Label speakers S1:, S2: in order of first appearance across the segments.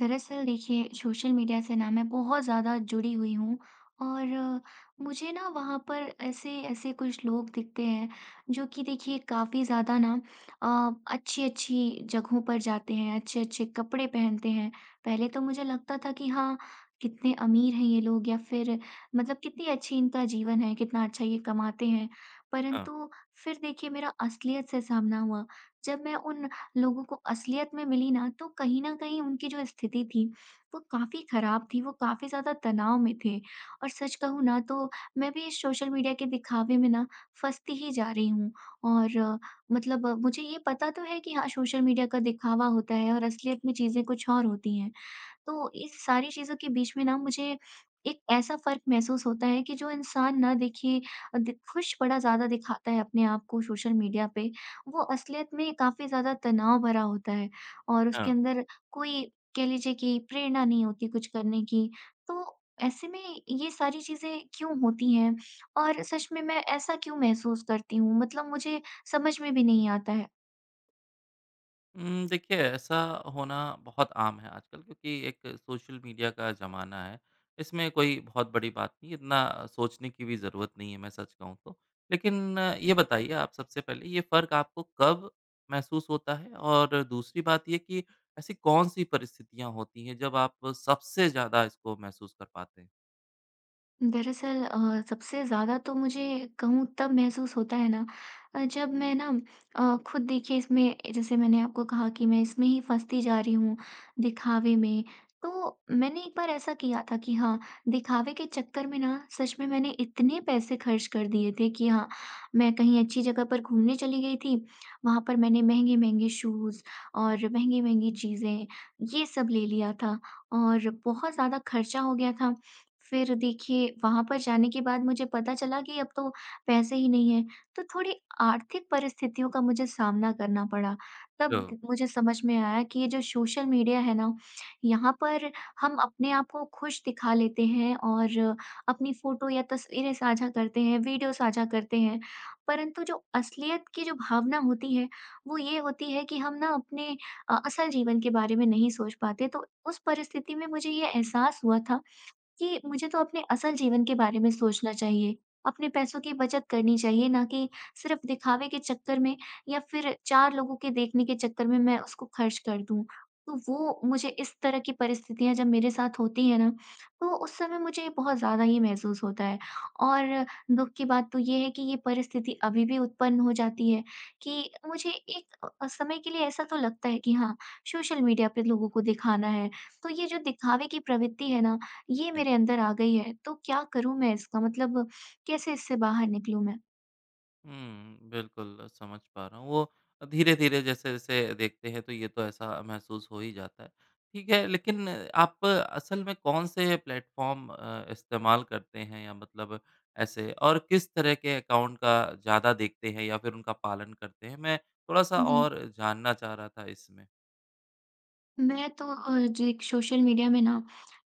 S1: दरअसल देखिए, social media से ना मैं बहुत ज़्यादा जुड़ी हुई हूँ और मुझे ना वहाँ पर ऐसे ऐसे कुछ लोग दिखते हैं, जो कि देखिए काफ़ी ज़्यादा ना अच्छी अच्छी जगहों पर जाते हैं, अच्छे अच्छे कपड़े पहनते हैं। पहले तो मुझे लगता था कि हाँ, कितने अमीर हैं ये लोग, या फिर मतलब कितनी अच्छी इनका जीवन है, कितना अच्छा ये कमाते हैं।
S2: हाँ,
S1: परंतु फिर देखिए मेरा असलियत से सामना हुआ। जब मैं उन लोगों को असलियत में मिली ना, तो कहीं न कहीं उनकी जो स्थिति थी, वो काफ़ी ख़राब थी, वो काफ़ी ज़्यादा तनाव में थे। और सच कहूँ ना तो मैं भी इस सोशल मीडिया के दिखावे में ना फँसती ही जा रही हूँ। और मतलब मुझे ये पता तो है कि हाँ, सोशल मीडिया का दिखावा होता है और असलियत में चीज़ें कुछ और होती हैं। तो इस सारी चीज़ों के बीच में ना मुझे एक ऐसा फ़र्क महसूस होता है कि जो इंसान ना देखिए अ, दि खुश बड़ा ज़्यादा दिखाता है अपने आप को सोशल मीडिया पे, वो असलियत में काफ़ी ज़्यादा तनाव भरा होता है और उसके
S2: हाँ।
S1: अंदर कोई कह लीजिए कि प्रेरणा नहीं होती कुछ करने की। तो ऐसे में ये सारी चीज़ें क्यों होती हैं? और सच में मैं ऐसा क्यों महसूस करती हूँ? मतलब मुझे समझ में भी नहीं आता है।
S2: देखिए ऐसा होना बहुत आम है आजकल क्योंकि एक सोशल मीडिया का ज़माना है। इसमें कोई बहुत बड़ी बात नहीं है, इतना सोचने की भी ज़रूरत नहीं है मैं सच कहूँ तो। लेकिन ये बताइए आप सबसे पहले ये फ़र्क आपको कब महसूस होता है? और दूसरी बात ये कि ऐसी कौन-सी परिस्थितियाँ होती हैं जब आप सबसे ज़्यादा इसको महसूस कर पाते हैं?
S1: दरअसल, सबसे ज़्यादा तो मुझे कहूँ तब महसूस होता है ना, जब मैं ना खुद देखिए इसमें, जैसे मैंने आपको कहा कि मैं इसमें ही फंसती जा रही हूँ दिखावे में। तो मैंने एक बार ऐसा किया था कि हाँ, दिखावे के चक्कर में ना सच में मैंने इतने पैसे खर्च कर दिए थे कि हाँ, मैं कहीं अच्छी जगह पर घूमने चली गई थी। वहाँ पर मैंने महँगे-महँगे शूज़ और महँगी-महँगी चीज़ें, ये सब ले लिया था और बहुत ज़्यादा खर्चा हो गया था। फिर देखिए वहाँ पर जाने के बाद मुझे पता चला कि अब तो पैसे ही नहीं हैं, तो थोड़ी आर्थिक परिस्थितियों का मुझे सामना करना पड़ा। तब
S2: जो
S1: मुझे समझ में आया कि ये जो सोशल मीडिया है ना, यहाँ पर हम अपने आप को खुश दिखा लेते हैं और अपनी फ़ोटो या तस्वीरें साझा करते हैं, वीडियो साझा करते हैं। परंतु जो असलियत की जो भावना होती है, वो ये होती है कि हम ना अपने असल जीवन के बारे में नहीं सोच पाते। तो उस परिस्थिति में मुझे ये एहसास हुआ था कि मुझे तो अपने असल जीवन के बारे में सोचना चाहिए, अपने पैसों की बचत करनी चाहिए, ना कि सिर्फ़ दिखावे के चक्कर में या फिर 4 लोगों के देखने के चक्कर में मैं उसको खर्च कर दूँ। तो वो मुझे इस तरह की परिस्थितियाँ जब मेरे साथ होती हैं ना, तो उस समय मुझे बहुत ज़्यादा ही महसूस होता है। और दुःख की बात तो ये है कि ये परिस्थिति अभी भी उत्पन्न हो जाती है कि मुझे एक समय के लिए ऐसा तो लगता है कि हाँ, सोशल मीडिया पे लोगों को दिखाना है। तो ये जो दिखावे की प्रवृत्ति है ना, ये
S2: जी।
S1: मेरे अंदर आ गई है, तो क्या करूँ मैं, इसका मतलब कैसे इससे बाहर निकलूँ मैं?
S2: हुँ, बिल्कुल समझ पा रहा हूँ। वो धीरे-धीरे जैसे-जैसे देखते हैं तो ये तो ऐसा महसूस हो ही जाता है। ठीक है, लेकिन आप असल में कौन-से प्लेटफ़ॉर्म इस्तेमाल करते हैं या मतलब ऐसे और किस तरह के अकाउंट का ज़्यादा देखते हैं या फिर उनका पालन करते हैं? मैं थोड़ा-सा
S1: जी।
S2: और जानना चाह रहा था इसमें।
S1: मैं तो जो एक सोशल मीडिया में ना,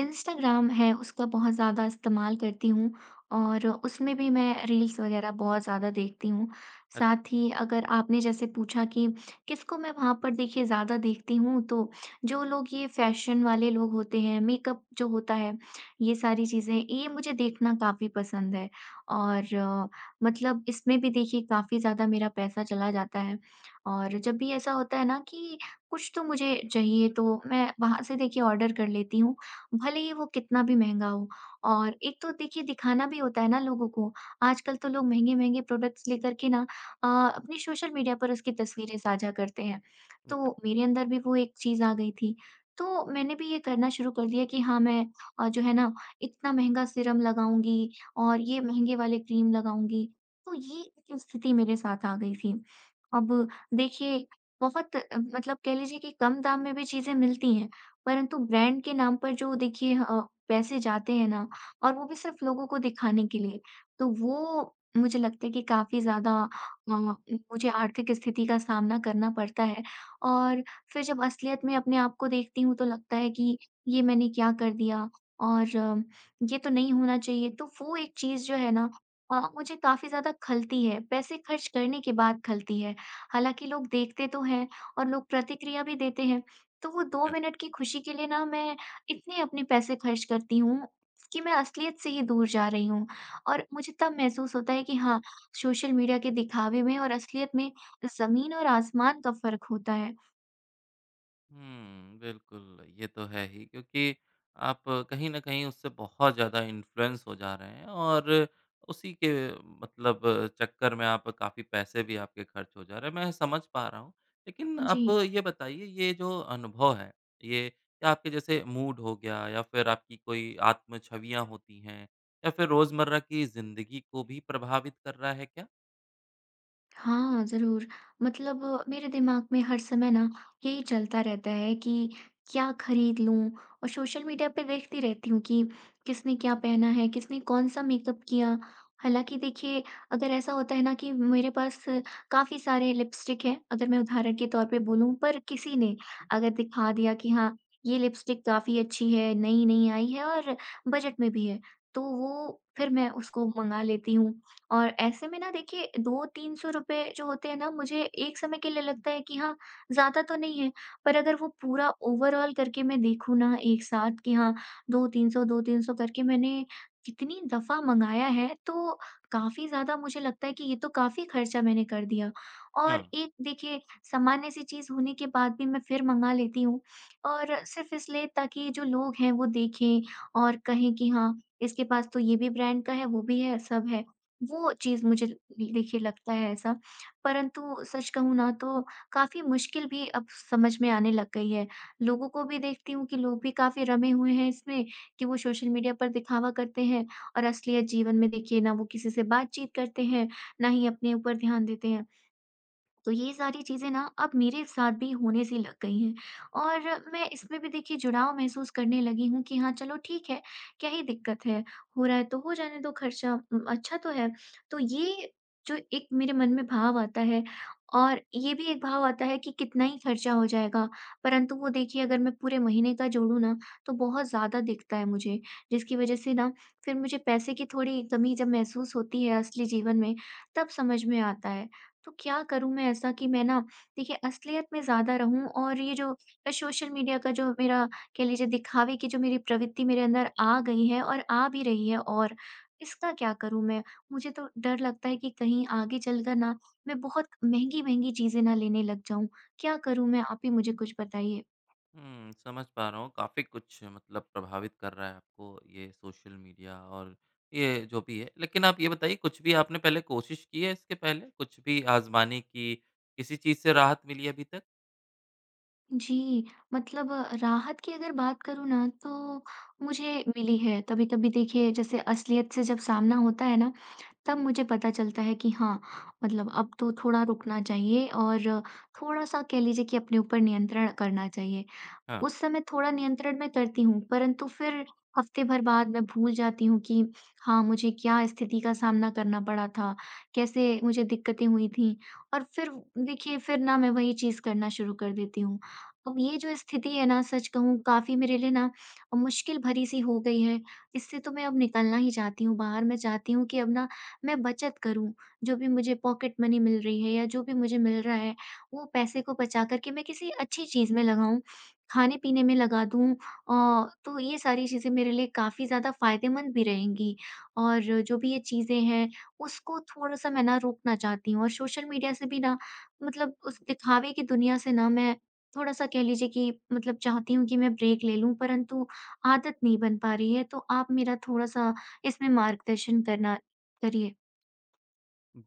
S1: इंस्टाग्राम है, उसका बहुत ज़्यादा इस्तेमाल करती हूँ और उसमें भी मैं रील्स वगैरह बहुत ज़्यादा देखती हूँ।
S2: अच्छा,
S1: साथ ही अगर आपने जैसे पूछा कि किसको मैं वहाँ पर देखिए ज़्यादा देखती हूँ, तो जो लोग ये फ़ैशन वाले लोग होते हैं, मेकअप जो होता है, ये सारी चीज़ें, ये मुझे देखना काफ़ी पसंद है। और मतलब इसमें भी देखिए काफ़ी ज़्यादा मेरा पैसा चला जाता है, और जब भी ऐसा होता है ना कि कुछ तो मुझे चाहिए, तो मैं वहाँ से देखिए ऑर्डर कर लेती हूँ, भले ही वो कितना भी महँगा हो। और एक तो देखिए दिखाना भी होता है ना लोगों को, आजकल तो लोग महँगे-महँगे प्रोडक्ट्स लेकर के ना अपनी सोशल मीडिया पर उसकी तस्वीरें साझा करते हैं।
S2: अच्छा,
S1: तो मेरे अंदर भी वो एक चीज़ आ गई थी, तो मैंने भी ये करना शुरू कर दिया कि हाँ, मैं जो है ना, इतना महँगा सीरम लगाऊँगी और ये महँगे वाले क्रीम लगाऊँगी, तो ये एक स्थिति मेरे साथ आ गई थी। अब देखिए, बहुत मतलब कह लीजिए कि कम दाम में भी चीज़ें मिलती हैं, परंतु ब्रांड के नाम पर जो देखिए पैसे जाते हैं ना, और वो भी सिर्फ़ लोगों को दिखाने के लिए, तो वो मुझे लगता है कि काफ़ी ज़्यादा अ, मुझे आर्थिक स्थिति का सामना करना पड़ता है। और फिर जब असलियत में अपने आप को देखती हूँ, तो लगता है कि ये मैंने क्या कर दिया, और ये तो नहीं होना चाहिए। तो वो एक चीज़ जो है ना, मुझे काफ़ी ज़्यादा खलती है, पैसे खर्च करने के बाद खलती है। हालाँकि लोग देखते तो हैं और लोग प्रतिक्रिया भी देते हैं, तो वो 2
S2: अच्छा।
S1: मिनट की खुशी के लिए ना मैं इतने अपने पैसे खर्च करती हूँ कि मैं असलियत से ही दूर जा रही हूँ। और मुझे तब महसूस होता है कि हाँ, सोशल मीडिया के दिखावे में और असलियत में ज़मीन और आसमान का फ़र्क होता है।
S2: हुँ, बिल्कुल, ये तो है ही क्योंकि आप कहीं न कहीं उससे बहुत ज़्यादा इन्फ्लुएंस हो जा रहे हैं और उसी के मतलब चक्कर में आप काफ़ी पैसे भी आपके खर्च हो जा रहे हैं, मैं समझ पा रहा हूँ। लेकिन
S1: जी।
S2: आप ये बताइए ये जो अनुभव है, ये क्या आपके जैसे मूड हो गया या फिर आपकी कोई आत्म छवियाँ होती हैं या फिर रोज़मर्रा की ज़िंदगी को भी प्रभावित कर रहा है क्या?
S1: हाँ, ज़रूर। मतलब मेरे दिमाग में हर समय ना यही चलता रहता है कि क्या खरीद लूँ, और सोशल मीडिया पे देखती रहती हूँ कि किसने क्या पहना है, किसने कौन-सा मेकअप किया। हालाँकि देखिए, अगर ऐसा होता है ना कि मेरे पास काफ़ी सारे लिपस्टिक हैं, अगर मैं उदाहरण के तौर पे बोलूँ, पर किसी ने अगर दिखा दिया कि हाँ, ये लिपस्टिक काफ़ी अच्छी है, नई-नई आई है और बजट में भी है, तो वो फिर मैं उसको मँगा लेती हूँ। और ऐसे में ना देखिए 2-300 रुपए जो होते हैं ना, मुझे एक समय के लिए लगता है कि हाँ, ज़्यादा तो नहीं है, पर अगर वो पूरा ओवरऑल करके मैं देखूँ ना एक साथ कि हाँ 2-300, 2-300 करके मैंने कितनी दफ़ा मँगाया है, तो काफ़ी ज़्यादा मुझे लगता है कि ये तो काफ़ी खर्चा मैंने कर दिया। और एक देखिए, सामान्य सी चीज़ होने के बाद भी मैं फिर मँगा लेती हूँ और सिर्फ़ इसलिए ताकि जो लोग हैं वो देखें और कहें कि हाँ, इसके पास तो ये भी ब्रांड का है, वो भी है, सब है। वो चीज़ मुझे भी, देखिए लगता है ऐसा, परंतु सच कहूँ ना तो काफ़ी मुश्किल भी अब समझ में आने लग गई है। लोगों को भी देखती हूँ कि लोग भी काफ़ी रमे हुए हैं इसमें, कि वो सोशल मीडिया पर दिखावा करते हैं और असलियत जीवन में देखिए ना वो किसी से बातचीत करते हैं, ना ही अपने ऊपर ध्यान देते हैं। तो ये सारी चीज़ें ना अब मेरे साथ भी होने सी लग गई हैं, और मैं इसमें भी देखिए जुड़ाव महसूस करने लगी हूँ कि हाँ चलो ठीक है, क्या ही दिक्कत है? हो रहा है तो हो जाने दो खर्चा, अच्छा तो है। तो ये जो एक मेरे मन में भाव आता है, और ये भी एक भाव आता है कि कितना ही खर्चा हो जाएगा, परंतु वो देखिए अगर मैं पूरे महीने का जोड़ूँ ना, तो बहुत ज़्यादा दिखता है मुझे, जिसकी वज़ह से ना फिर मुझे पैसे की थोड़ी कमी जब महसूस होती है असली जीवन में, तब समझ में आता है। तो क्या करूँ मैं ऐसा कि मैं ना देखिए असलियत में ज़्यादा रहूँ, और ये जो सोशल मीडिया का जो मेरा कह लीजिए दिखावे की जो मेरी प्रवृत्ति मेरे अंदर आ गई है और आ भी रही है, और इसका क्या करूँ मैं? मुझे तो डर लगता है कि कहीं आगे चलकर ना मैं बहुत महँगी-महँगी चीज़ें ना लेने लग जाऊँ। क्या करूँ मैं? आप ही मुझे कुछ बताइए।
S2: हुँ, समझ पा रहा हूँ। काफ़ी कुछ प्रभावित कर रहा है आपको ये सोशल मीडिया और ये जो भी है। लेकिन आप ये बताइए कुछ भी आपने पहले कोशिश की है इसके पहले? कुछ भी आज़माने की, किसी चीज़ से राहत मिली अभी तक?
S1: जी, मतलब राहत की अगर बात करूँ ना, तो मुझे मिली है। कभी-कभी देखिए जैसे असलियत से जब सामना होता है ना, तब मुझे पता चलता है कि हाँ, मतलब अब तो थोड़ा रुकना चाहिए और थोड़ा-सा कह लीजिए कि अपने ऊपर नियंत्रण करना चाहिए।
S2: हाँ।
S1: उस समय थोड़ा नियंत्रण में करती हूँ, परंतु फिर हफ्ते भर बाद मैं भूल जाती हूँ कि हाँ, मुझे क्या स्थिति का सामना करना पड़ा था, कैसे मुझे दिक्कतें हुई थीं, और फिर देखिए फिर ना मैं वही चीज़ करना शुरू कर देती हूँ। अब ये जो स्थिति है ना, सच कहूँ, काफ़ी मेरे लिए ना मुश्किल भरी-सी हो गई है, इससे तो मैं अब निकलना ही चाहती हूँ बाहर। मैं चाहती हूँ कि अब ना मैं बचत करूँ, जो भी मुझे पॉकेट मनी मिल रही है या जो भी मुझे मिल रहा है, वो पैसे को बचा कर के मैं किसी अच्छी चीज़ में लगाऊँ, खाने-पीने में लगा दूँ। तो ये सारी चीज़ें मेरे लिए काफ़ी ज़्यादा फ़ायदेमंद भी रहेंगी। और जो भी ये चीज़ें हैं, उसको थोड़ा-सा मैं ना रोकना चाहती हूँ, और सोशल मीडिया से भी ना मतलब उस दिखावे की दुनिया से ना मैं थोड़ा-सा कह लीजिए कि मतलब चाहती हूँ कि मैं ब्रेक ले लूँ, परंतु आदत नहीं बन पा रही है, तो आप मेरा थोड़ा-सा इसमें मार्गदर्शन करना करिए।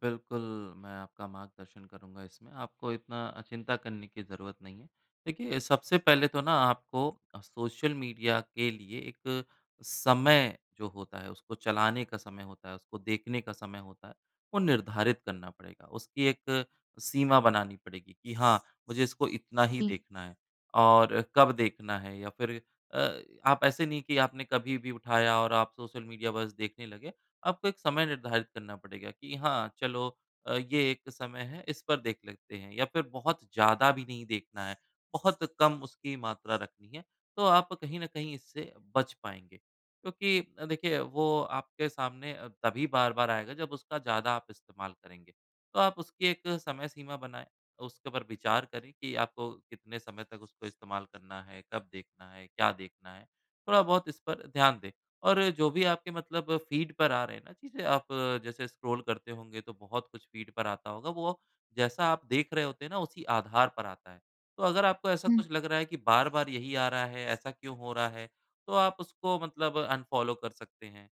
S2: बिल्कुल, मैं आपका मार्गदर्शन करूँगा इसमें, आपको इतना चिंता करने की ज़रूरत नहीं है। देखिए, सबसे पहले तो ना आपको सोशल मीडिया के लिए एक समय जो होता है, उसको चलाने का समय होता है, उसको देखने का समय होता है, वो निर्धारित करना पड़ेगा। उसकी एक सीमा बनानी पड़ेगी कि हाँ, मुझे इसको इतना ही
S1: जी।
S2: देखना है और कब देखना है या फिर आप ऐसे नहीं कि आपने कभी भी उठाया और आप सोशल मीडिया बस देखने लगे। आपको एक समय निर्धारित करना पड़ेगा कि हाँ, चलो ये एक समय है, इस पर देख लेते हैं या फिर बहुत ज़्यादा भी नहीं देखना है, बहुत कम उसकी मात्रा रखनी है, तो आप कहीं न कहीं इससे बच पाएँगे। क्योंकि देखिए वो आपके सामने तभी बार-बार आएगा जब उसका ज़्यादा आप इस्तेमाल करेंगे। तो आप उसकी एक समय सीमा बनाएँ, उसके ऊपर विचार करें कि आपको कितने समय तक उसको इस्तेमाल करना है, कब देखना है, क्या देखना है? थोड़ा-बहुत इस पर ध्यान दें। और जो भी आपके फ़ीड पर आ रहे हैं ना चीज़ें, आप जैसे स्क्रॉल करते होंगे तो बहुत कुछ फ़ीड पर आता होगा, वो जैसा आप देख रहे होते हैं ना उसी आधार पर आता है। तो अगर आपको ऐसा
S1: हुँ,
S2: कुछ लग रहा है कि बार-बार यही आ रहा है, ऐसा क्यों हो रहा है? तो आप उसको अनफ़ॉलो कर सकते हैं।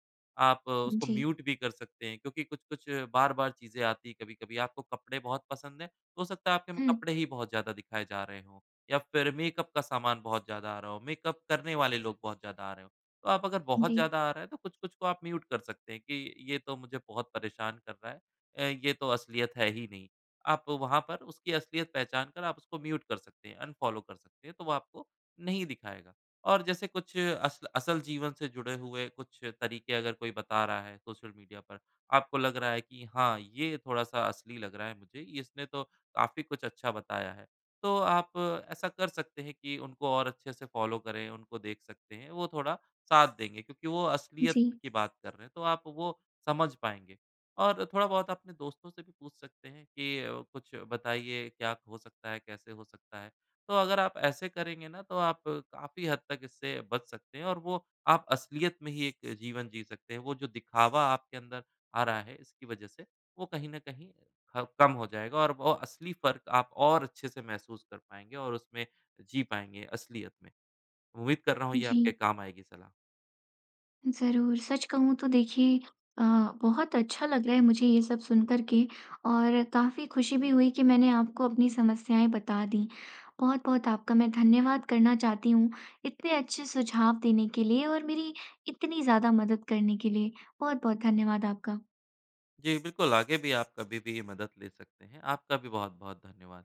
S2: आप उसको
S1: जी।
S2: म्यूट भी कर सकते हैं क्योंकि कुछ-कुछ बार-बार चीज़ें आती हैं कभी-कभी। आपको कपड़े बहुत पसंद हैं, तो हो सकता है आपके में
S1: हुँ,
S2: कपड़े ही बहुत ज़्यादा दिखाए जा रहे हों या फिर मेकअप का सामान बहुत ज़्यादा आ रहा हो, मेकअप करने वाले लोग बहुत ज़्यादा आ रहे हों। तो आप अगर बहुत
S1: जी,
S2: ज़्यादा आ रहा है तो कुछ-कुछ को आप म्यूट कर सकते हैं कि ये तो मुझे बहुत परेशान कर रहा है ये तो असलियत है ही नहीं। आप वहाँ पर उसकी असलियत पहचान कर आप उसको म्यूट कर सकते हैं, अनफ़ॉलो कर सकते हैं, तो वो आपको नहीं दिखाएगा। और जैसे कुछ असल असल जीवन से जुड़े हुए कुछ तरीके अगर कोई बता रहा है सोशल मीडिया पर, आपको लग रहा है कि हाँ, ये थोड़ा-सा असली लग रहा है मुझे, इसने तो काफ़ी कुछ अच्छा बताया है। तो आप ऐसा कर सकते हैं कि उनको और अच्छे से फ़ॉलो करें, उनको देख सकते हैं। वो थोड़ा साथ देंगे क्योंकि वो असलियत
S1: जी,
S2: की बात कर रहे हैं, तो आप वो समझ पाएँगे। और थोड़ा-बहुत अपने दोस्तों से भी पूछ सकते हैं कि कुछ बताइए क्या हो सकता है, कैसे हो सकता है? तो अगर आप ऐसे करेंगे ना तो आप काफ़ी हद तक इससे बच सकते हैं और वो आप असलियत में ही एक जीवन जी सकते हैं। वो जो दिखावा आपके अंदर आ रहा है इसकी वजह से, वो कहीं न कहीं ख कम हो जाएगा और वो असली फ़र्क आप और अच्छे से महसूस कर पाएँगे और उसमें जी पाएँगे असलियत में। उम्मीद कर रहा हूँ ये
S1: जी।
S2: आपके काम आएगी सलाह।
S1: ज़रूर, सच कहूँ तो देखिए, अ, बहुत अच्छा लग रहा है मुझे ये सब सुन कर के, और काफ़ी खुशी भी हुई कि मैंने आपको अपनी समस्याएँ बता दीं। बहुत-बहुत आपका मैं धन्यवाद करना चाहती हूँ, इतने अच्छे सुझाव देने के लिए और मेरी इतनी ज़्यादा मदद करने के लिए। बहुत-बहुत धन्यवाद आपका।
S2: जी, बिल्कुल आगे भी आप कभी भी मदद ले सकते हैं। आपका भी बहुत-बहुत धन्यवाद।